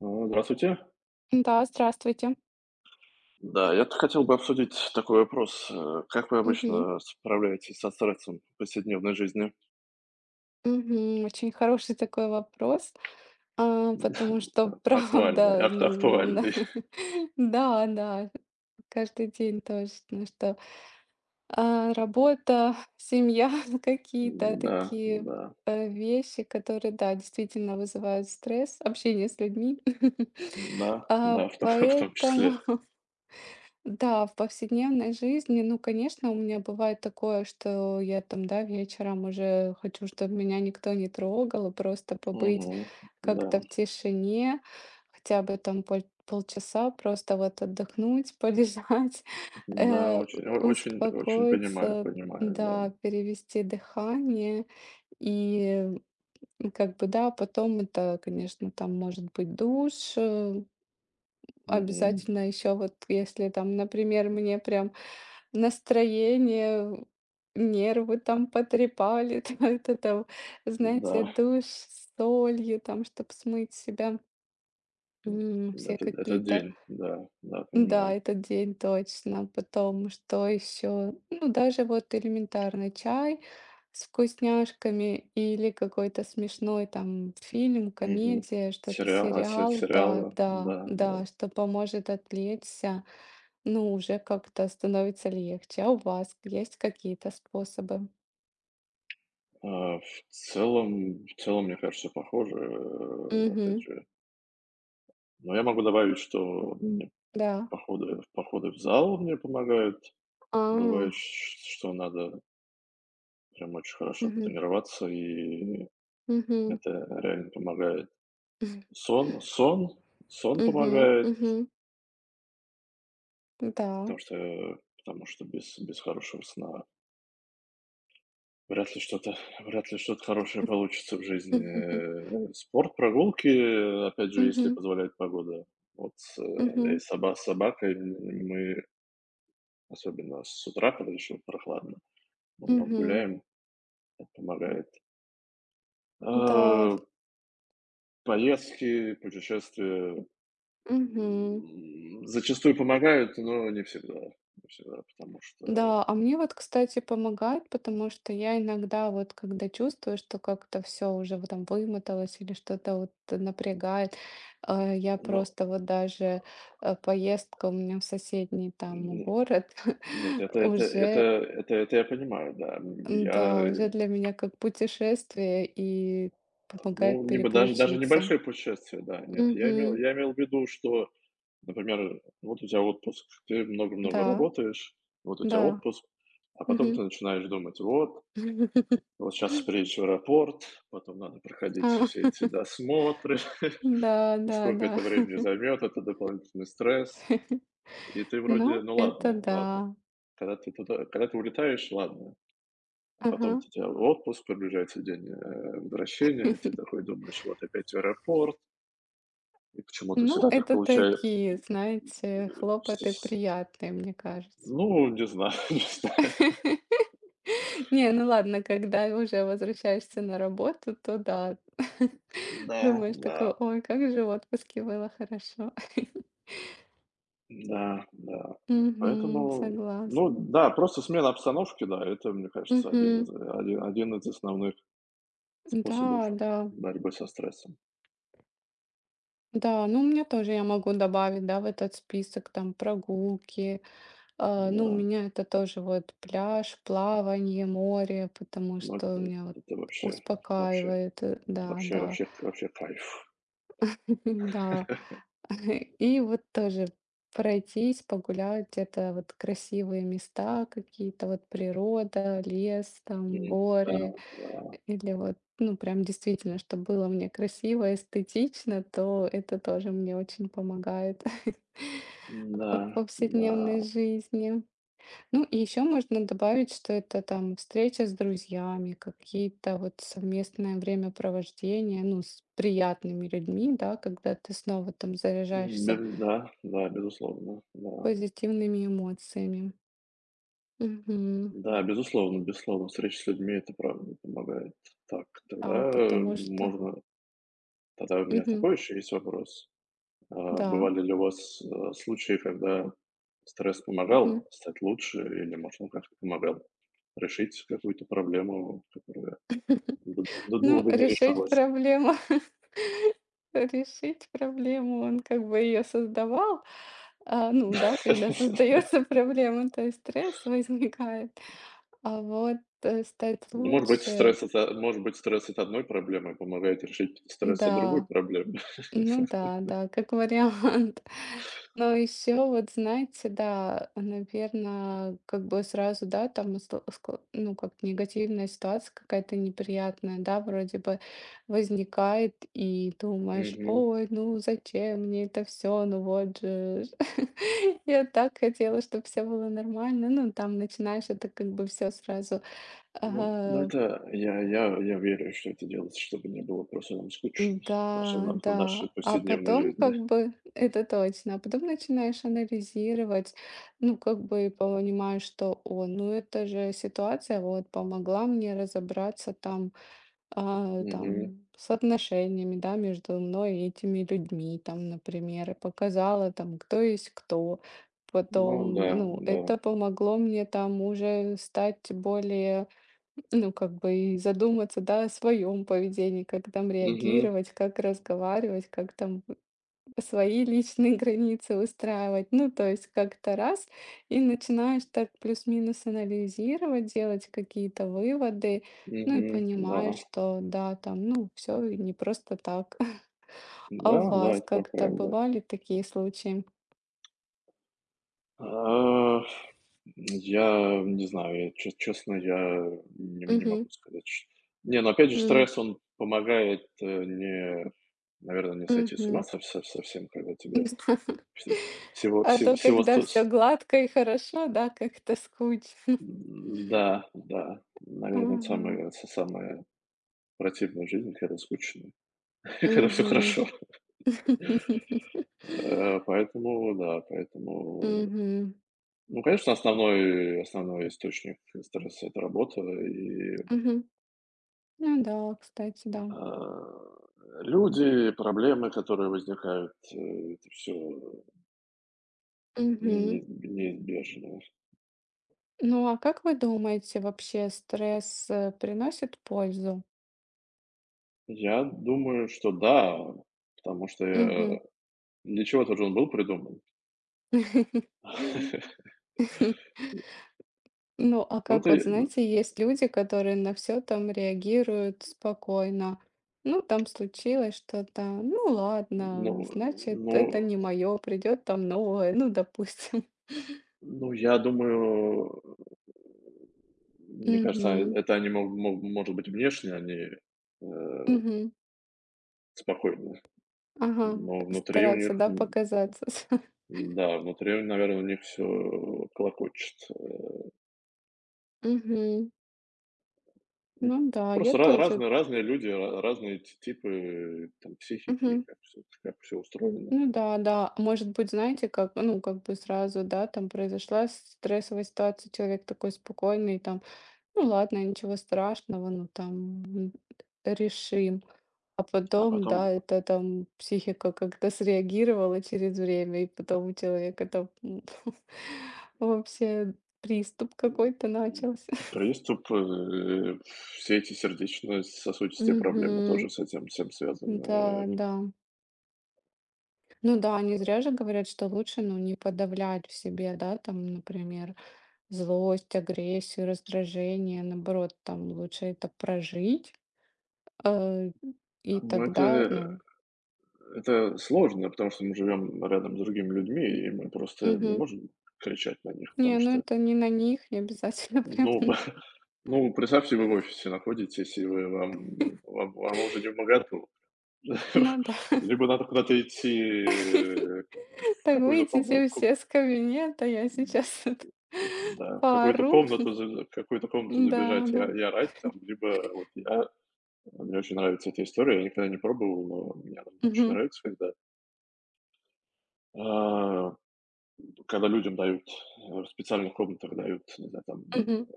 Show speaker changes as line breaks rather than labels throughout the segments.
Ну, здравствуйте.
Да, здравствуйте.
Да, я тут хотел бы обсудить такой вопрос. Как вы
Мгм.
обычно справляетесь со стрессом в повседневной жизни?
Мгм. Очень хороший такой вопрос, потому что
Актуальный,
правда,
актуальный.
да, да, каждый день точно, что работа, семья, какие-то
Да,
такие
да,
вещи, которые, да, действительно вызывают стресс, общение с людьми.
да,
А,
да, в том, в том числе.
Поэтому Да, в повседневной жизни, ну, конечно, у меня бывает такое, что я там, да, вечером уже хочу, чтобы меня никто не трогал, и просто побыть
Мгм. Да,
как-то в тишине, хотя бы там полчаса просто вот отдохнуть, полежать,
да, очень, очень, очень понимаю,
успокоиться,
понимаю, да.
да, перевести дыхание и ну, как бы, да, потом это, конечно, там может быть душ.
Мгм.
Обязательно еще вот если там, например, мне прям настроение, нервы там потрепали, там это там,
Да,
знаете, душ с солью, там, чтобы смыть с себя все
это
какие-то.
день, да, да,
Да,
понимаю.
этот день точно. Потом что еще? Ну, даже вот элементарный чай с вкусняшками или какой-то смешной там фильм,
Мгм.
комедия, что-то
Сериал,
сериал. Да,
сериалы,
да,
да, да.
да, что поможет отвлечься. Ну, уже как-то становится легче. А у вас есть какие-то способы?
А, в целом, мне кажется, похоже, опять
Мгм.
же. Но я могу добавить, что мне
Да.
походы, походы в зал мне помогают.
А.
Бывает, что надо прям очень хорошо
Мгм.
потренироваться, и
Мгм.
это реально помогает. Сон, сон, сон
Мгм.
помогает,
Мгм. Да.
потому что без, без хорошего сна вряд ли что-то вряд ли что-то хорошее получится в жизни. Спорт, прогулки, опять
Мгм.
же, если
Мгм.
позволяет погода. Вот, у меня
Мгм.
есть собака, собакой мы, особенно с утра, когда еще прохладно, много
Мгм.
гуляем, это помогает.
Да.
Э, Поездки, путешествия,
Мгм.
зачастую помогают, но не всегда. Не всегда, потому что,
Да, а мне вот, кстати, помогает, потому что я иногда вот, когда чувствую, что как-то все уже вот там вымоталось или что-то вот напрягает, я
ну,
просто вот даже поездка у меня в соседний там
не
город
нет, это это это
уже,
это это я понимаю, да. М,
да,
я
уже для меня как путешествие и помогает
Ну, либо даже
переключиться.
небольшое путешествие, да, нет.
Мгм.
Я имел в виду, что, например, вот у тебя отпуск, ты много-много
Да,
работаешь, вот у тебя
да.
отпуск, а потом
Мгм.
ты начинаешь думать: "Вот, вот сейчас приедешь в аэропорт, потом надо проходить
А,
все эти досмотры,
Да,
и
да,
сколько
да.
это времени займет, это дополнительный стресс". И ты вроде:
Ну,
"Ну
это
ладно, ладно".
да.
Когда ты улетаешь, ладно, а потом у
Ага.
тебя отпуск, приближается день, возвращения, и ты такой думаешь: "Вот опять в аэропорт, и почему-то
Ну,
всегда так
это
получается".
такие, знаете, хлопоты приятные, мне кажется.
Ну, не знаю, не знаю.
Не, ну ладно, когда уже возвращаешься на работу, то да.
Да,
Думаешь
да,
такой: "Ой, как же в отпуске было хорошо".
да, да.
Мгм.
Поэтому, ну
Согласна.
да, просто смена обстановки, да, это, мне кажется,
Мгм.
один из основных способов
Да, да.
борьбы со стрессом.
Да, ну, у меня тоже я могу добавить, да, в этот список там прогулки. Ну, у
Да,
меня это тоже вот пляж, плавание, море, потому
ну
что у меня вот
это вообще вообще
успокаивает. Да,
вообще
да,
вообще вообще кайф.
да. И вот тоже пройтись, погулять, это вот красивые места какие-то, вот природа, лес, там,
М, да,
горы, или вот, ну, прям действительно, чтобы было мне красиво, эстетично, то это тоже мне очень помогает
да,
в
да.
повседневной жизни. Ну, и еще можно добавить, что это там встреча с друзьями, какие-то вот совместное времяпровождение, ну, с приятными людьми, да, когда ты снова там
М, бе
заряжаешься
да.
позитивными эмоциями. Мгм.
Да, безусловно, безусловно, встреча с людьми — это правда помогает. Так,
А
тогда э,
потому что...
можно тогда у меня
Мгм.
такой еще есть вопрос.
Да.
Бывали ли у вас, случаи, когда стресс
Мгм.
помогал стать лучше или, может, он как-то помогал решить какую-то проблему, которая д д
Ну,
долго не
решить
решалась?
проблему. Решить проблему, он как бы ее создавал. А, ну да, когда создается проблема, то есть стресс возникает. А вот, стать
Ну, может быть,
лучше,
стресс от а может быть, стресс от одной проблемы помогает решить стресс от другой
да,
проблемы.
ну да, да, как вариант. Но еще вот, знаете, да, наверное, как бы сразу, да, там, ну, как негативная ситуация какая-то неприятная, да, вроде бы возникает, и думаешь,
Мгм.
ой, ну зачем мне это все, ну вот же, ж». Я так хотела, чтобы все было нормально, ну, там начинаешь это как бы все сразу
Ну, ну
ага,
это я верю, что это делается, чтобы не было просто нам скучно в нашем
да,
на в нашей
да. А
повседневной
потом
жизни.
как бы это точно. А потом начинаешь анализировать, ну, как бы и понимаешь, что, о, ну, это же ситуация вот помогла мне разобраться там,
Мгм.
там с отношениями, да, между мной и этими людьми, там, например, и показала там, кто есть кто.
Ну
Потом,
да,
ну,
да.
это помогло мне там уже стать более, ну, как бы и задуматься, да, о своем поведении, как там
Мгм,
реагировать, как разговаривать, как там свои личные границы выстраивать. Ну, то есть как-то раз и начинаешь так плюс-минус анализировать, делать какие-то выводы, ну и
мгм. Да.
понимаешь, что да, там, ну, все не просто так. А у
Да, да,
вас
это
как-то
правда.
бывали такие случаи?
А, я не знаю, я че честно, я не
Угу,
могу сказать, чт не, но опять же, стресс, он помогает, э, не наверное, не сойти с
угу.
ума совсем, когда тебе всего всего
А
всего
то,
всего
когда
сто
все гладко и хорошо, да, как-то скучно.
да, да. Наверное, это
Мгм.
самое с самое противное в жизни, когда скучно, когда все
Мгм.
хорошо. Э, поэтому да, поэтому
Мгм.
ну, конечно, основной источник стресса — это работа и,
Мгм. Ну да, кстати, да.
а, люди, проблемы, которые возникают, это все
Мгм.
не неизбежно.
Ну, а как вы думаете, вообще стресс, приносит пользу?
Я думаю, что да, потому что
Мгм.
я для чего-то же он был придуман.
Ну, а
Ну,
как
это,
вот, знаете, есть люди, которые на все там реагируют спокойно. Ну, там случилось что-то, ну
ну
ладно, значит,
ну
это не мое, придет там новое, ну, допустим.
ну, я думаю, мне кажется,
Угу,
это они, мог мог может быть, внешне они, э,
угу,
спокойны,
ага,
но внутри у
стараться,
них,
да, показаться.
да, внутри, наверное, у них все клокочет.
Угу.
Ну,
Ну да, я
просто ра
тоже.
разные разные люди, ра разные ти типы, там, психики,
Мгм.
как всё устроено.
Ну да, да. Может быть, знаете, как, ну, как бы сразу, да, там произошла стрессовая ситуация, человек такой спокойный, там: ну ладно, ничего страшного, ну там решим. А
А
потом, да,
потом,
это там психика как-то среагировала через время, и потом у человека там вообще приступ
м,
какой-то начался.
пр приступ, все эти сердечно-сосудистые проблемы
Мгм.
тоже с этим всем
Да,
связаны.
да. Ну да, не зря же говорят, что лучше, ну, не подавлять в себе, да, там, например, злость, агрессию, раздражение, наоборот, там лучше это прожить, э, и
Но
тогда, ну,
это сложно, потому что мы живем рядом с другими людьми, и мы просто не
мгм.
можем кричать на них,
Не,
потому
ну
что,
это не на них, не обязательно прям
ну, ну, представьте, вы в офисе находитесь, и вы, вам, вам уже не вмоготу.
надо.
Либо надо куда-то идти в
Так,
какую-то
выйдите
комнату,
все с кабинета, я сейчас это
да,
поору.
в какую-то комнату
Да,
забежать и
да.
орать там, либо вот я, мне очень нравится эта история, я никогда не пробовал, но мне она очень
Мгм,
нравится, когда а, когда людям дают, в специальных комнатах дают, не знаю, там,
мгм.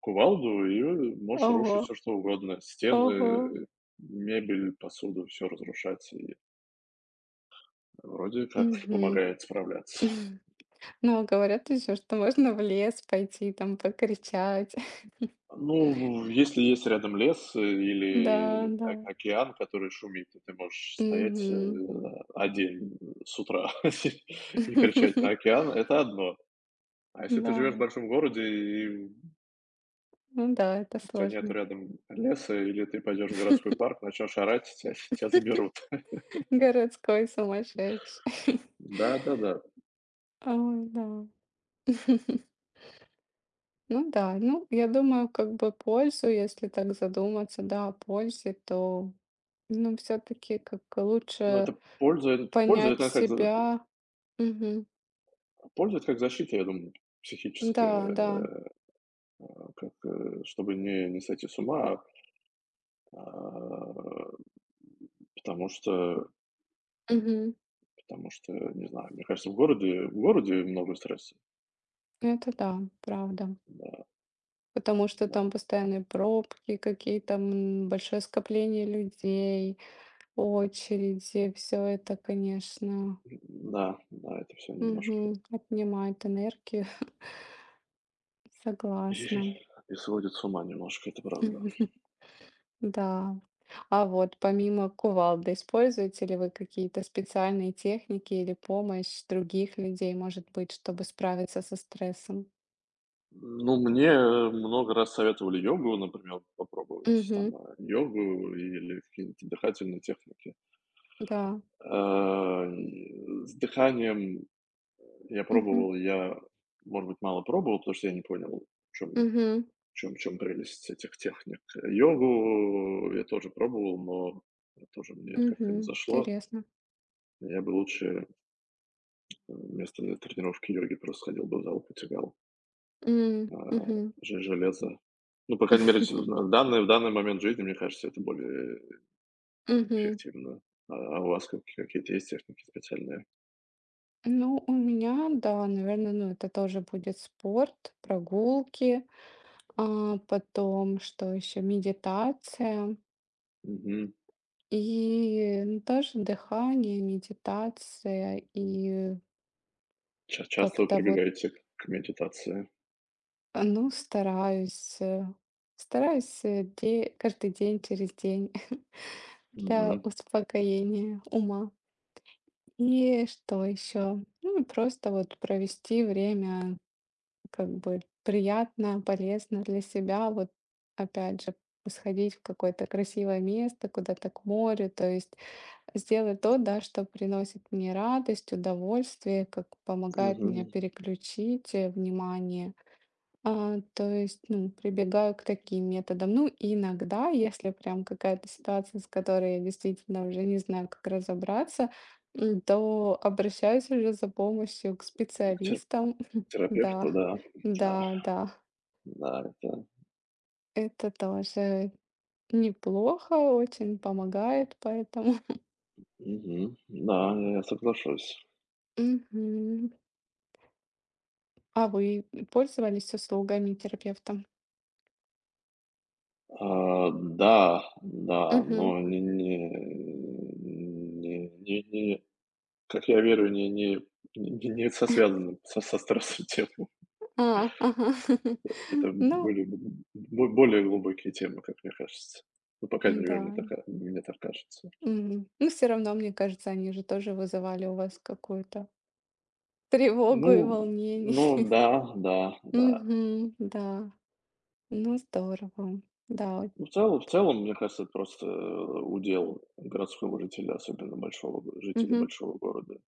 кувалду, и можешь
Ого,
рушить все что угодно:
ого.
стены, мебель, посуду, все разрушать, и вроде как
Мгм.
помогает справляться.
Но говорят еще, что можно в лес пойти, там покричать.
Ну, если есть рядом лес
Да,
или
да.
о океан, который шумит, и ты можешь стоять,
Мгм.
1 с утра и кричать на океан — это одно. А если ты
Да.
живешь в большом городе и
Ну да, это
у тебя нет
сложно.
рядом леса, или ты пойдешь в городской парк, начнешь орать, тебя, тебя заберут.
Городской сумасшедший.
Да-да-да.
Ой, да. Ну да, ну, я думаю, как бы пользу, если так задуматься, да, о пользе, то, ну, все-таки как
Ну это
лучше
польза, это польза,
понять
это
себя. Мгм.
польза это как защита, я думаю,
Да, да.
психическая, как, чтобы не, не сойти с ума, а, потому что,
Мгм.
потому что, не знаю, мне кажется, в городе много стресса.
Это да, правда.
Да,
Потому что
да,
там постоянные пробки, какие-то большое скопление людей, очереди, все это, конечно,
да, да, это все немножко
мгм, отнимает энергию. Согласна.
и сводит с ума немножко, это правда.
Да. А вот помимо кувалды, используете ли вы какие-то специальные техники или помощь других людей, может быть, чтобы справиться со стрессом?
Ну, мне много раз советовали йогу, например, попробовать
Мгм.
там йогу или какие-нибудь дыхательные техники.
Да.
А, и с дыханием я
Мгм.
пробовал, я, может быть, мало пробовал, потому что я не понял, в чем, в
Мгм.
в чем прелесть этих техник. Йогу я тоже пробовал, но тоже мне это как-то не
Мгм.
зашло.
Интересно.
Я бы лучше вместо тренировки йоги просто ходил бы в зал, потягал.
М.
А,
Мгм.
же железо. Ну, по крайней мере, всё на данный в данный момент жизни, мне кажется, это более
Мгм.
эффективно. А у вас как какие-то есть техники специальные?
Ну, у меня, да, наверное, ну, это тоже будет спорт, прогулки, а потом, что еще, медитация.
Мгм.
И, ну, тоже дыхание, медитация, и
Ча Часто вы
как-то вот,
прибегаете к медитации?
ну, стараюсь, э, де каждый день, через день для
Мгм,
успокоения ума. И что еще? Ну, и просто вот провести время как бы приятно, полезно для себя. Вот опять же, сходить в какое-то красивое место, куда-то к морю, то есть сделать то, да, что приносит мне радость, удовольствие, как помогает мне
мгм.
переключить внимание. То есть, ну, прибегаю к таким методам. Ну, и иногда, если прям какая-то ситуация, с которой я действительно уже не знаю, как разобраться, то обращаюсь уже за помощью к
К те
специалистам.
терапевту,
Да,
да. Да,
да, да.
да, это
Это тоже неплохо, очень помогает, поэтому.
мгм. Да, я соглашусь.
Мгм. А вы пользовались услугами терапевта?
А, да, да,
Мгм.
но не не не не не как я верю, не не не не со связанным со стрессом тему.
Ага.
Это
Ну
были б бо более глубокие темы, как мне кажется. Ну, по крайней
да.
мере, мне так кажется.
Мгм. Но всё равно, мне кажется, они же тоже вызывали у вас какую-то тревогу
Ну
и волнение.
ну да, да, да.
Мгм. Да. Ну здорово. Да.
Ну, в целом, мне кажется, это просто удел городского жителя, особенно большого го жителя
Мгм.
большого города.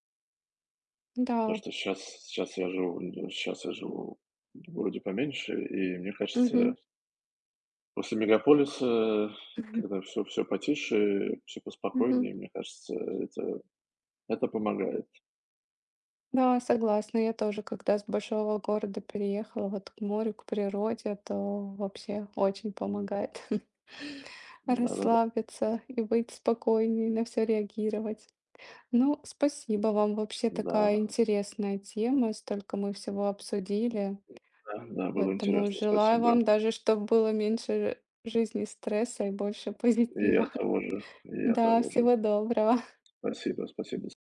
Да.
То, что сейчас я живу н щас я живу в городе поменьше, и мне
Мгм.
кажется, после мегаполиса,
Мгм.
когда все потише, всё
Мгм.
поспокойнее, мне кажется, это это помогает.
Да, согласна. Я тоже, когда с большого города переехала вот к морю, к природе, то вообще очень помогает
Да-да-да. Да.
расслабиться и быть спокойнее, на все реагировать. Ну, спасибо вам. Вообще
Да.
такая
Да.
интересная тема, столько мы всего обсудили.
Да, да, было
Поэтому
интересно,
желаю
спасибо.
вам даже, чтобы было меньше жизни стресса и больше
И я
позитива.
того же, и я
Да,
того же.
всего доброго.
Спасибо, спасибо.